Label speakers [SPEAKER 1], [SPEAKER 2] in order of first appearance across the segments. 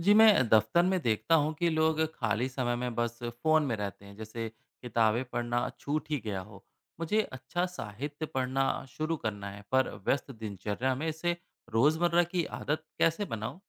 [SPEAKER 1] जी, मैं दफ्तर में देखता हूँ कि लोग खाली समय में बस फ़ोन में रहते हैं, जैसे किताबें पढ़ना छूट ही गया हो। मुझे अच्छा साहित्य पढ़ना शुरू करना है, पर व्यस्त दिनचर्या में इसे रोज़मर्रा की आदत कैसे बनाऊँ?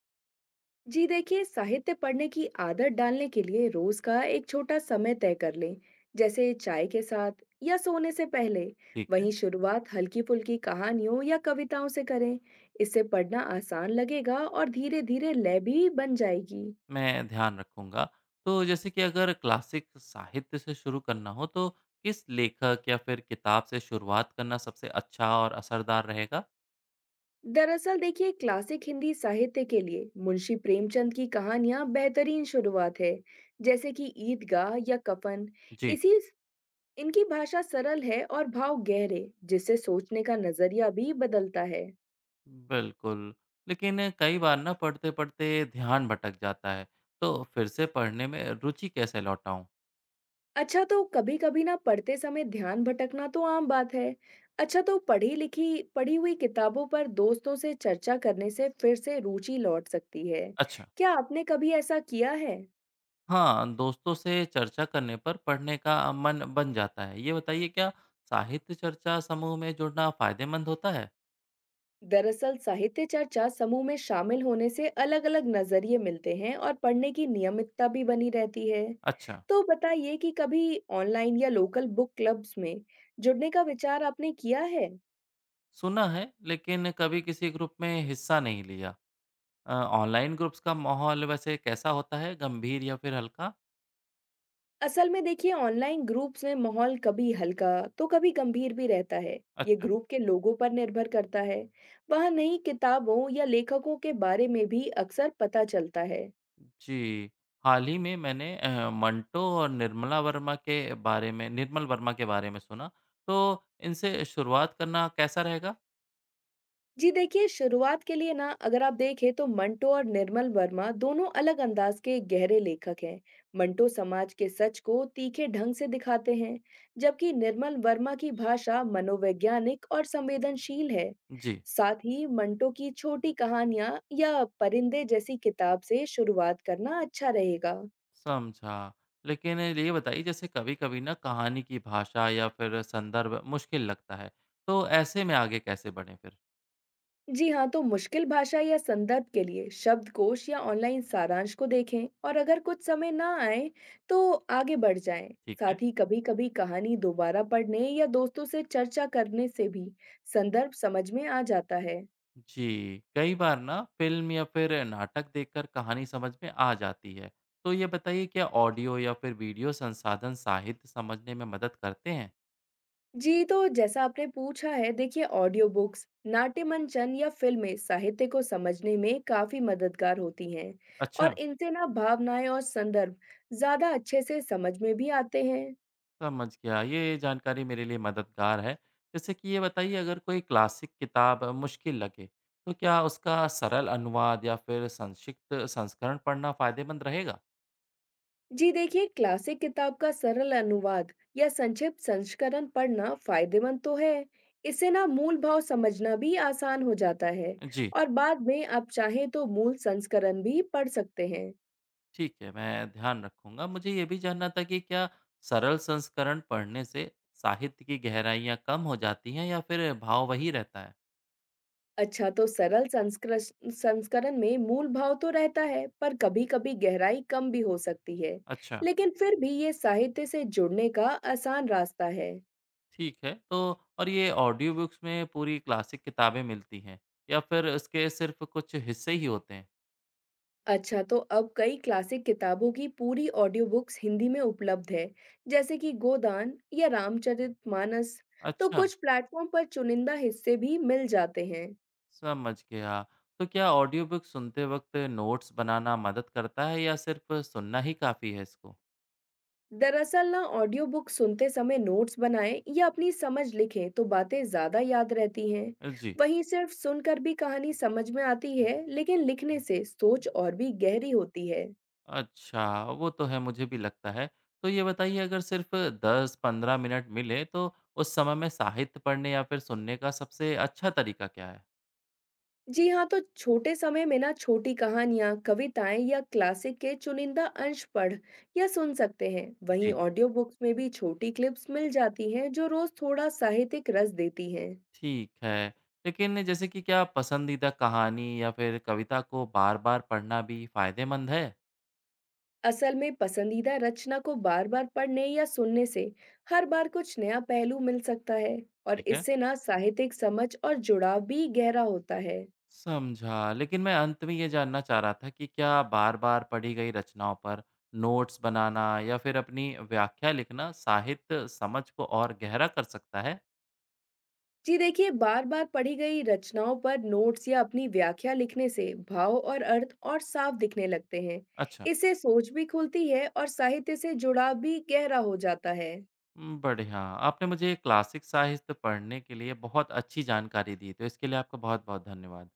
[SPEAKER 2] जी देखिए, साहित्य पढ़ने की आदत डालने के लिए रोज का एक छोटा समय तय कर लें। जैसे चाय के साथ या सोने से पहले।
[SPEAKER 1] ठीक है,
[SPEAKER 2] वहीं शुरुआत हल्की फुल्की कहानियों या कविताओं से करें। इससे पढ़ना आसान लगेगा और धीरे धीरे लय भी बन जाएगी।
[SPEAKER 1] मैं ध्यान रखूँगा। तो जैसे कि अगर क्लासिक साहित्य से शुरू करना हो, तो किस लेखक या फिर किताब से शुरुआत करना सबसे अच्छा और असरदार रहेगा?
[SPEAKER 2] दरअसल देखिए, क्लासिक हिंदी साहित्य के लिए मुंशी प्रेमचंद की कहानियां बेहतरीन शुरुआत है, जैसे कि ईदगाह या कफन।
[SPEAKER 1] जी।
[SPEAKER 2] इसी इनकी भाषा सरल है और भाव गहरे, जिससे सोचने का नजरिया भी बदलता है।
[SPEAKER 1] बिल्कुल, लेकिन कई बार ना पढ़ते-पढ़ते ध्यान भटक जाता है, तो फिर से पढ़ने में रुचि कैसे लौटाऊँ?
[SPEAKER 2] अच्छा, तो कभी कभी ना पढ़ते समय ध्यान भटकना तो आम बात है। अच्छा, तो पढ़ी हुई किताबों पर दोस्तों से चर्चा करने से फिर से रुचि लौट सकती है।
[SPEAKER 1] अच्छा,
[SPEAKER 2] क्या आपने कभी ऐसा किया है?
[SPEAKER 1] हाँ, दोस्तों से चर्चा करने पर पढ़ने का मन बन जाता है। ये बताइए क्या साहित्य चर्चा समूह में जुड़ना फ़ायदेमंद होता है?
[SPEAKER 2] दरअसल, साहित्य चर्चा समूह में शामिल होने से अलग-अलग नजरिए मिलते हैं और पढ़ने की नियमितता भी बनी रहती है।
[SPEAKER 1] अच्छा,
[SPEAKER 2] तो बताइए कि कभी ऑनलाइन या लोकल बुक क्लब्स में जुड़ने का विचार आपने किया है?
[SPEAKER 1] सुना है लेकिन कभी किसी ग्रुप में हिस्सा नहीं लिया। ऑनलाइन ग्रुप्स का माहौल वैसे कैसा होता है, गंभीर या फिर हल्का?
[SPEAKER 2] असल में देखिए, ऑनलाइन ग्रुप्स में माहौल कभी हल्का तो कभी गंभीर भी रहता है। ये
[SPEAKER 1] अच्छा।
[SPEAKER 2] ग्रुप के लोगों पर निर्भर करता है। वहाँ नई किताबों या लेखकों के बारे में भी अक्सर पता चलता है।
[SPEAKER 1] जी, हाल ही में मैंने मंटो और निर्मल वर्मा के बारे में सुना, तो इनसे शुरुआत करना कैसा रहेगा?
[SPEAKER 2] जी देखिए, शुरुआत के लिए ना अगर आप देखें तो मंटो और निर्मल वर्मा दोनों अलग अंदाज के गहरे लेखक हैं। मंटो समाज के सच को तीखे ढंग से दिखाते हैं, जबकि निर्मल वर्मा की भाषा मनोवैज्ञानिक और संवेदनशील है।
[SPEAKER 1] जी,
[SPEAKER 2] साथ ही मंटो की छोटी कहानियां या परिंदे जैसी किताब से शुरुआत करना अच्छा रहेगा।
[SPEAKER 1] समझा। लेकिन ये बताइए जैसे कभी-कभी ना कहानी की भाषा या फिर संदर्भ मुश्किल लगता है, तो ऐसे में आगे कैसे बढ़ें फिर?
[SPEAKER 2] जी हाँ, तो मुश्किल भाषा या संदर्भ के लिए शब्दकोश या ऑनलाइन सारांश को देखें, और अगर कुछ समय ना आए तो आगे बढ़ जाएं।
[SPEAKER 1] ठीक है।
[SPEAKER 2] साथ ही कभी-कभी कहानी दोबारा पढ़ने या दोस्तों से चर्चा करने से भी संदर्भ समझ में आ जाता है।
[SPEAKER 1] जी, कई बार ना फ़िल्म या फिर नाटक देखकर कहानी समझ में आ जाती है, तो ये बताइए क्या ऑडियो या फिर वीडियो संसाधन साहित्य समझने में मदद करते हैं?
[SPEAKER 2] जी, तो जैसा आपने पूछा है, देखिए, ऑडियो बुक्स, नाट्य मंचन या फिल्में साहित्य को समझने में काफी मददगार होती हैं। और
[SPEAKER 1] अच्छा।
[SPEAKER 2] इनसे ना भावनाएं और संदर्भ ज्यादा अच्छे से समझ में भी आते हैं।
[SPEAKER 1] समझ गया। ये जानकारी मेरे लिए मददगार है। जैसे कि ये बताइए अगर कोई क्लासिक किताब मुश्किल लगे, तो क्या उसका सरल अनुवाद या फिर संक्षिप्त संस्करण पढ़ना फ़ायदेमंद रहेगा?
[SPEAKER 2] जी देखिए, क्लासिक किताब का सरल अनुवाद या संक्षिप्त संस्करण पढ़ना फायदेमंद तो है। इससे ना मूल भाव समझना भी आसान हो जाता है,
[SPEAKER 1] जी,
[SPEAKER 2] और बाद में आप चाहें तो मूल संस्करण भी पढ़ सकते हैं।
[SPEAKER 1] ठीक है, मैं ध्यान रखूँगा। मुझे ये भी जानना था कि क्या सरल संस्करण पढ़ने से साहित्य की गहराइयाँ कम हो जाती हैं या फिर भाव वही रहता है?
[SPEAKER 2] अच्छा, तो सरल संस्करण संस्करण में मूल भाव तो रहता है, पर कभी-कभी गहराई कम भी हो सकती है।
[SPEAKER 1] अच्छा,
[SPEAKER 2] लेकिन फिर भी ये साहित्य से जुड़ने का आसान रास्ता है।
[SPEAKER 1] ठीक है। तो और ये ऑडियो बुक्स में पूरी क्लासिक किताबें मिलती हैं या फिर इसके सिर्फ़ कुछ हिस्से ही होते हैं?
[SPEAKER 2] अच्छा, तो अब कई क्लासिक किताबों की पूरी ऑडियो बुक्स हिंदी में उपलब्ध है, जैसे कि गोदान या रामचरितमानस। तो
[SPEAKER 1] अच्छा।
[SPEAKER 2] कुछ प्लेटफॉर्म पर चुनिंदा हिस्से भी मिल जाते हैं।
[SPEAKER 1] समझ गया। तो क्या ऑडियो बुक सुनते वक्त नोट्स बनाना मदद करता है या सिर्फ सुनना ही काफ़ी है इसको?
[SPEAKER 2] दरअसल ना, ऑडियो बुक सुनते समय नोट्स बनाएं या अपनी समझ लिखें तो बातें ज्यादा याद रहती हैं।
[SPEAKER 1] जी
[SPEAKER 2] वहीं सिर्फ सुनकर भी कहानी समझ में आती है, लेकिन लिखने से सोच और भी गहरी होती है।
[SPEAKER 1] अच्छा, वो तो है मुझे भी लगता है। तो ये बताइए अगर सिर्फ 10-15 मिनट मिले तो उस समय में साहित्य पढ़ने या फिर सुनने का सबसे अच्छा तरीका क्या है?
[SPEAKER 2] जी हाँ, तो छोटे समय में ना छोटी कहानियाँ, कविताएँ या क्लासिक के चुनिंदा अंश पढ़ या सुन सकते हैं। वहीं
[SPEAKER 1] जी
[SPEAKER 2] ऑडियो बुक्स में भी छोटी क्लिप्स मिल जाती हैं, जो रोज थोड़ा साहित्यिक रस देती हैं।
[SPEAKER 1] ठीक है। लेकिन जैसे कि क्या पसंदीदा कहानी या फिर कविता को बार-बार पढ़ना भी फायदेमंद है?
[SPEAKER 2] असल में पसंदीदा रचना को बार-बार पढ़ने या सुनने से हर बार कुछ नया पहलू मिल सकता है, और
[SPEAKER 1] ठीक है
[SPEAKER 2] इससे ना साहित्यिक समझ और जुड़ाव भी गहरा होता है।
[SPEAKER 1] समझा। लेकिन मैं अंत में ये जानना चाह रहा था कि क्या बार-बार पढ़ी गई रचनाओं पर नोट्स बनाना या फिर अपनी व्याख्या लिखना साहित्य समझ को और गहरा कर सकता है?
[SPEAKER 2] जी देखिए, बार बार पढ़ी गई रचनाओं पर नोट्स या अपनी व्याख्या लिखने से भाव और अर्थ और साफ दिखने लगते हैं।
[SPEAKER 1] अच्छा।
[SPEAKER 2] इससे सोच भी खुलती है और साहित्य से जुड़ाव भी गहरा हो जाता है।
[SPEAKER 1] बढ़िया। आपने मुझे क्लासिक साहित्य पढ़ने के लिए बहुत अच्छी जानकारी दी, तो इसके लिए आपका बहुत-बहुत धन्यवाद।